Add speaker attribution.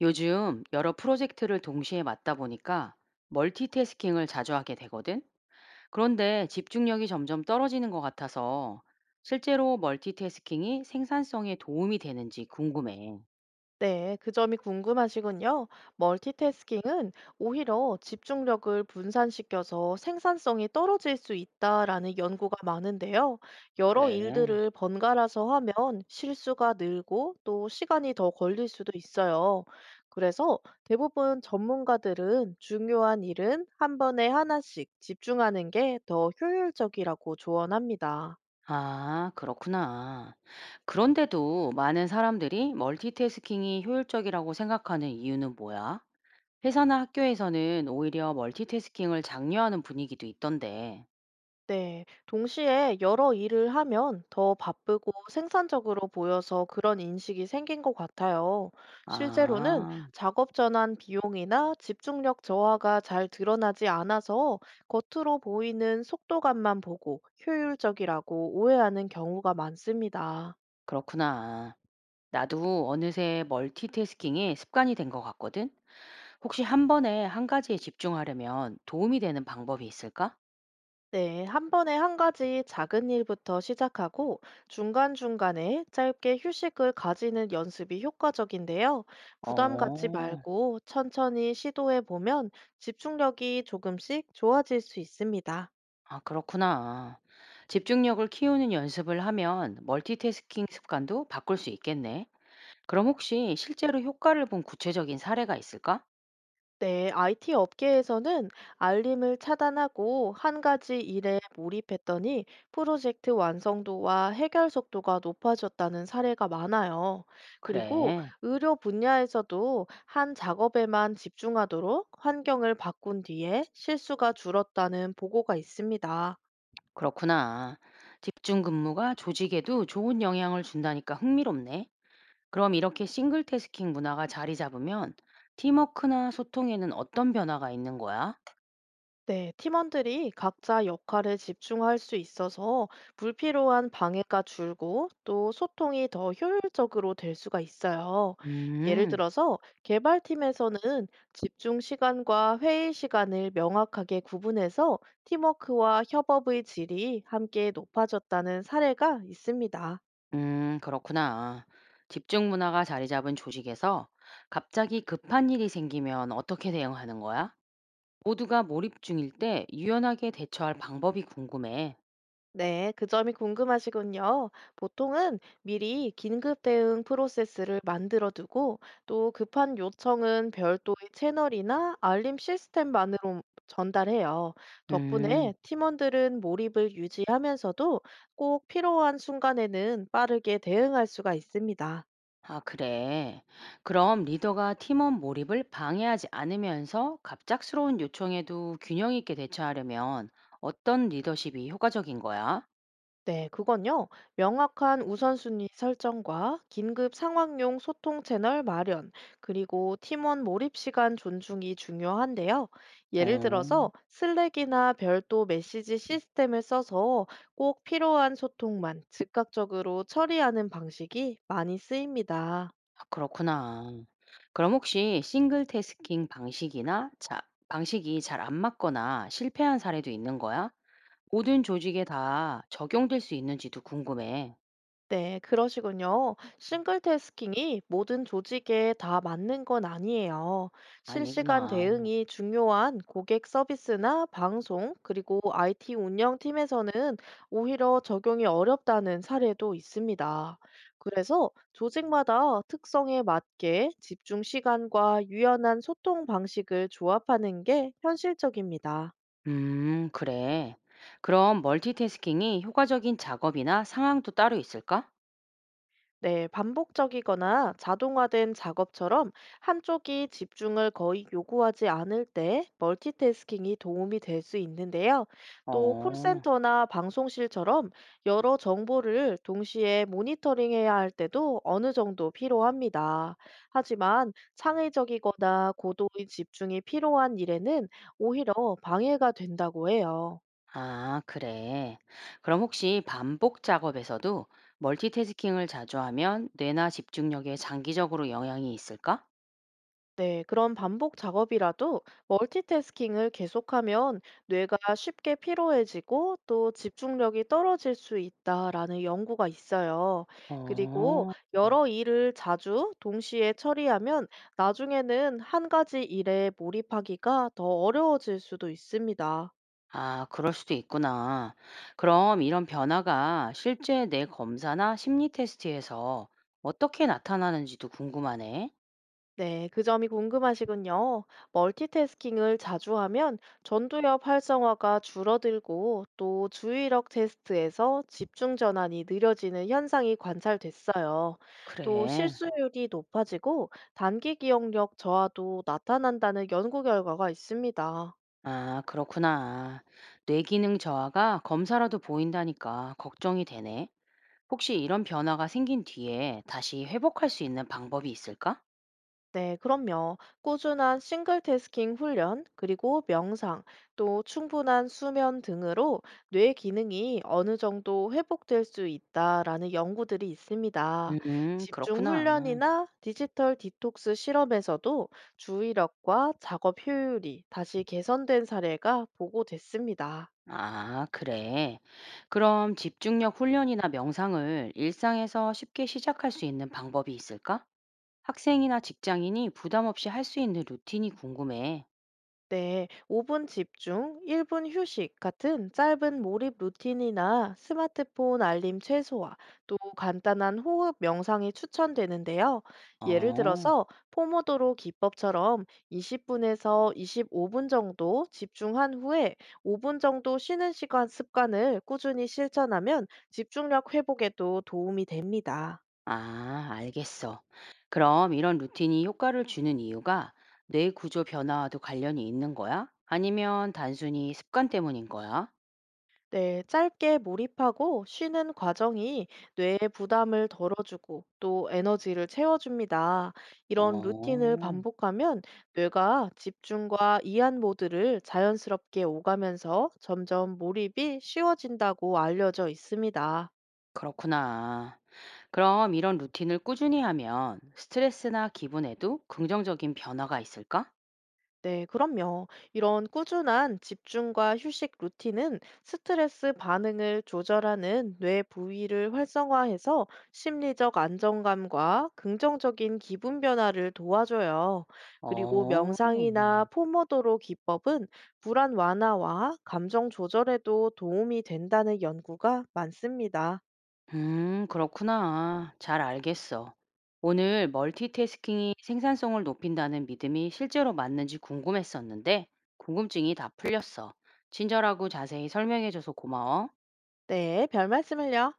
Speaker 1: 요즘 여러 프로젝트를 동시에 맡다 보니까 멀티태스킹을 자주 하게 되거든. 그런데 집중력이 점점 떨어지는 것 같아서 실제로 멀티태스킹이 생산성에 도움이 되는지 궁금해.
Speaker 2: 네, 그 점이 궁금하시군요. 멀티태스킹은 오히려 집중력을 분산시켜서 생산성이 떨어질 수 있다라는 연구가 많은데요. 여러
Speaker 1: 그래.
Speaker 2: 일들을 번갈아서 하면 실수가 늘고 또 시간이 더 걸릴 수도 있어요. 그래서 대부분 전문가들은 중요한 일은 한 번에 하나씩 집중하는 게 더 효율적이라고 조언합니다.
Speaker 1: 아, 그렇구나. 그런데도 많은 사람들이 멀티태스킹이 효율적이라고 생각하는 이유는 뭐야? 회사나 학교에서는 오히려 멀티태스킹을 장려하는 분위기도 있던데.
Speaker 2: 네, 동시에 여러 일을 하면 더 바쁘고 생산적으로 보여서 그런 인식이 생긴 것 같아요. 실제로는
Speaker 1: 아,
Speaker 2: 작업 전환 비용이나 집중력 저하가 잘 드러나지 않아서 겉으로 보이는 속도감만 보고 효율적이라고 오해하는 경우가 많습니다.
Speaker 1: 그렇구나. 나도 어느새 멀티태스킹이 습관이 된 것 같거든. 혹시 한 번에 한 가지에 집중하려면 도움이 되는 방법이 있을까?
Speaker 2: 네, 한 번에 한 가지 작은 일부터 시작하고 중간중간에 짧게 휴식을 가지는 연습이 효과적인데요. 부담 갖지
Speaker 1: 어,
Speaker 2: 말고 천천히 시도해 보면 집중력이 조금씩 좋아질 수 있습니다.
Speaker 1: 아, 그렇구나. 집중력을 키우는 연습을 하면 멀티태스킹 습관도 바꿀 수 있겠네. 그럼 혹시 실제로 효과를 본 구체적인 사례가 있을까?
Speaker 2: 네, IT 업계에서는 알림을 차단하고 한 가지 일에 몰입했더니 프로젝트 완성도와 해결 속도가 높아졌다는 사례가 많아요. 그리고
Speaker 1: 그래,
Speaker 2: 의료 분야에서도 한 작업에만 집중하도록 환경을 바꾼 뒤에 실수가 줄었다는 보고가 있습니다.
Speaker 1: 그렇구나. 집중 근무가 조직에도 좋은 영향을 준다니까 흥미롭네. 그럼 이렇게 싱글 태스킹 문화가 자리 잡으면 팀워크나 소통에는 어떤 변화가 있는 거야?
Speaker 2: 네, 팀원들이 각자 역할에 집중할 수 있어서 불필요한 방해가 줄고 또 소통이 더 효율적으로 될 수가 있어요. 예를
Speaker 1: 음,
Speaker 2: 들어서 개발팀에서는 집중 시간과 회의 시간을 명확하게 구분해서 팀워크와 협업의 질이 함께 높아졌다는 사례가 있습니다.
Speaker 1: 그렇구나. 집중 문화가 자리 잡은 조직에서 갑자기 급한 일이 생기면 어떻게 대응하는 거야? 모두가 몰입 중일 때 유연하게 대처할 방법이 궁금해.
Speaker 2: 네, 그 점이 궁금하시군요. 보통은 미리 긴급 대응 프로세스를 만들어 두고 또 급한 요청은 별도의 채널이나 알림 시스템만으로 전달해요.
Speaker 1: 음,
Speaker 2: 덕분에 팀원들은 몰입을 유지하면서도 꼭 필요한 순간에는 빠르게 대응할 수가 있습니다.
Speaker 1: 아, 그래. 그럼 리더가 팀원 몰입을 방해하지 않으면서 갑작스러운 요청에도 균형 있게 대처하려면 어떤 리더십이 효과적인 거야?
Speaker 2: 네, 그건요. 명확한 우선순위 설정과 긴급 상황용 소통 채널 마련, 그리고 팀원 몰입 시간 존중이 중요한데요. 예를
Speaker 1: 어.
Speaker 2: 들어서 슬랙이나 별도 메시지 시스템을 써서 꼭 필요한 소통만 즉각적으로 처리하는 방식이 많이 쓰입니다.
Speaker 1: 그렇구나. 그럼 혹시 싱글 태스킹 방식이나 자 방식이 잘 안 맞거나 실패한 사례도 있는 거야? 모든 조직에 다 적용될 수 있는지도 궁금해.
Speaker 2: 네, 그러시군요. 싱글태스킹이 모든 조직에 다 맞는 건 아니에요. 실시간
Speaker 1: 아니구나.
Speaker 2: 대응이 중요한 고객 서비스나 방송, 그리고 IT 운영팀에서는 오히려 적용이 어렵다는 사례도 있습니다. 그래서 조직마다 특성에 맞게 집중 시간과 유연한 소통 방식을 조합하는 게 현실적입니다.
Speaker 1: 그래. 그럼 멀티태스킹이 효과적인 작업이나 상황도 따로 있을까?
Speaker 2: 네, 반복적이거나 자동화된 작업처럼 한쪽이 집중을 거의 요구하지 않을 때 멀티태스킹이 도움이 될 수 있는데요. 또
Speaker 1: 어.
Speaker 2: 콜센터나 방송실처럼 여러 정보를 동시에 모니터링해야 할 때도 어느 정도 필요합니다. 하지만 창의적이거나 고도의 집중이 필요한 일에는 오히려 방해가 된다고 해요.
Speaker 1: 아, 그래. 그럼 혹시 반복 작업에서도 멀티태스킹을 자주 하면 뇌나 집중력에 장기적으로 영향이 있을까?
Speaker 2: 네, 그런 반복 작업이라도 멀티태스킹을 계속하면 뇌가 쉽게 피로해지고 또 집중력이 떨어질 수 있다라는 연구가 있어요. 그리고
Speaker 1: 어. 음.
Speaker 2: 여러 일을 자주 동시에 처리하면 나중에는 한 가지 일에 몰입하기가 더 어려워질 수도 있습니다.
Speaker 1: 아, 그럴 수도 있구나. 그럼 이런 변화가 실제 뇌 검사나 심리 테스트에서 어떻게 나타나는지도 궁금하네.
Speaker 2: 네, 그 점이 궁금하시군요. 멀티태스킹을 자주 하면 전두엽 활성화가 줄어들고 또 주의력 테스트에서 집중 전환이 느려지는 현상이 관찰됐어요. 또
Speaker 1: 그래.
Speaker 2: 실수율이 높아지고 단기 기억력 저하도 나타난다는 연구 결과가 있습니다.
Speaker 1: 아, 그렇구나. 뇌기능 저하가 검사라도 보인다니까 걱정이 되네. 혹시 이런 변화가 생긴 뒤에 다시 회복할 수 있는 방법이 있을까?
Speaker 2: 네, 그럼요. 꾸준한 싱글 태스킹 훈련, 그리고 명상, 또 충분한 수면 등으로 뇌 기능이 어느 정도 회복될 수 있다라는 연구들이 있습니다.
Speaker 1: 음,
Speaker 2: 집중
Speaker 1: 그렇구나.
Speaker 2: 훈련이나 디지털 디톡스 실험에서도 주의력과 작업 효율이 다시 개선된 사례가 보고됐습니다.
Speaker 1: 아, 그래. 그럼 집중력 훈련이나 명상을 일상에서 쉽게 시작할 수 있는 방법이 있을까? 학생이나 직장인이 부담 없이 할 수 있는 루틴이 궁금해.
Speaker 2: 네, 5분 집중, 1분 휴식 같은 짧은 몰입 루틴이나 스마트폰 알림 최소화, 또 간단한 호흡 명상이 추천되는데요. 예를
Speaker 1: 어,
Speaker 2: 들어서 포모도로 기법처럼 20분에서 25분 정도 집중한 후에 5분 정도 쉬는 시간 습관을 꾸준히 실천하면 집중력 회복에도 도움이 됩니다.
Speaker 1: 아, 알겠어. 그럼 이런 루틴이 효과를 주는 이유가 뇌 구조 변화와도 관련이 있는 거야? 아니면 단순히 습관 때문인 거야?
Speaker 2: 네, 짧게 몰입하고 쉬는 과정이 뇌의 부담을 덜어주고 또 에너지를 채워줍니다. 이런 루틴을
Speaker 1: 어.
Speaker 2: 반복하면 뇌가 집중과 이한 모드를 자연스럽게 오가면서 점점 몰입이 쉬워진다고 알려져 있습니다.
Speaker 1: 그렇구나. 그럼 이런 루틴을 꾸준히 하면 스트레스나 기분에도 긍정적인 변화가 있을까?
Speaker 2: 네, 그럼요. 이런 꾸준한 집중과 휴식 루틴은 스트레스 반응을 조절하는 뇌 부위를 활성화해서 심리적 안정감과 긍정적인 기분 변화를 도와줘요. 그리고
Speaker 1: 어,
Speaker 2: 명상이나 포모도로 기법은 불안 완화와 감정 조절에도 도움이 된다는 연구가 많습니다.
Speaker 1: 그렇구나. 잘 알겠어. 오늘 멀티태스킹이 생산성을 높인다는 믿음이 실제로 맞는지 궁금했었는데, 궁금증이 다 풀렸어. 친절하고 자세히 설명해줘서 고마워.
Speaker 2: 네, 별 말씀을요.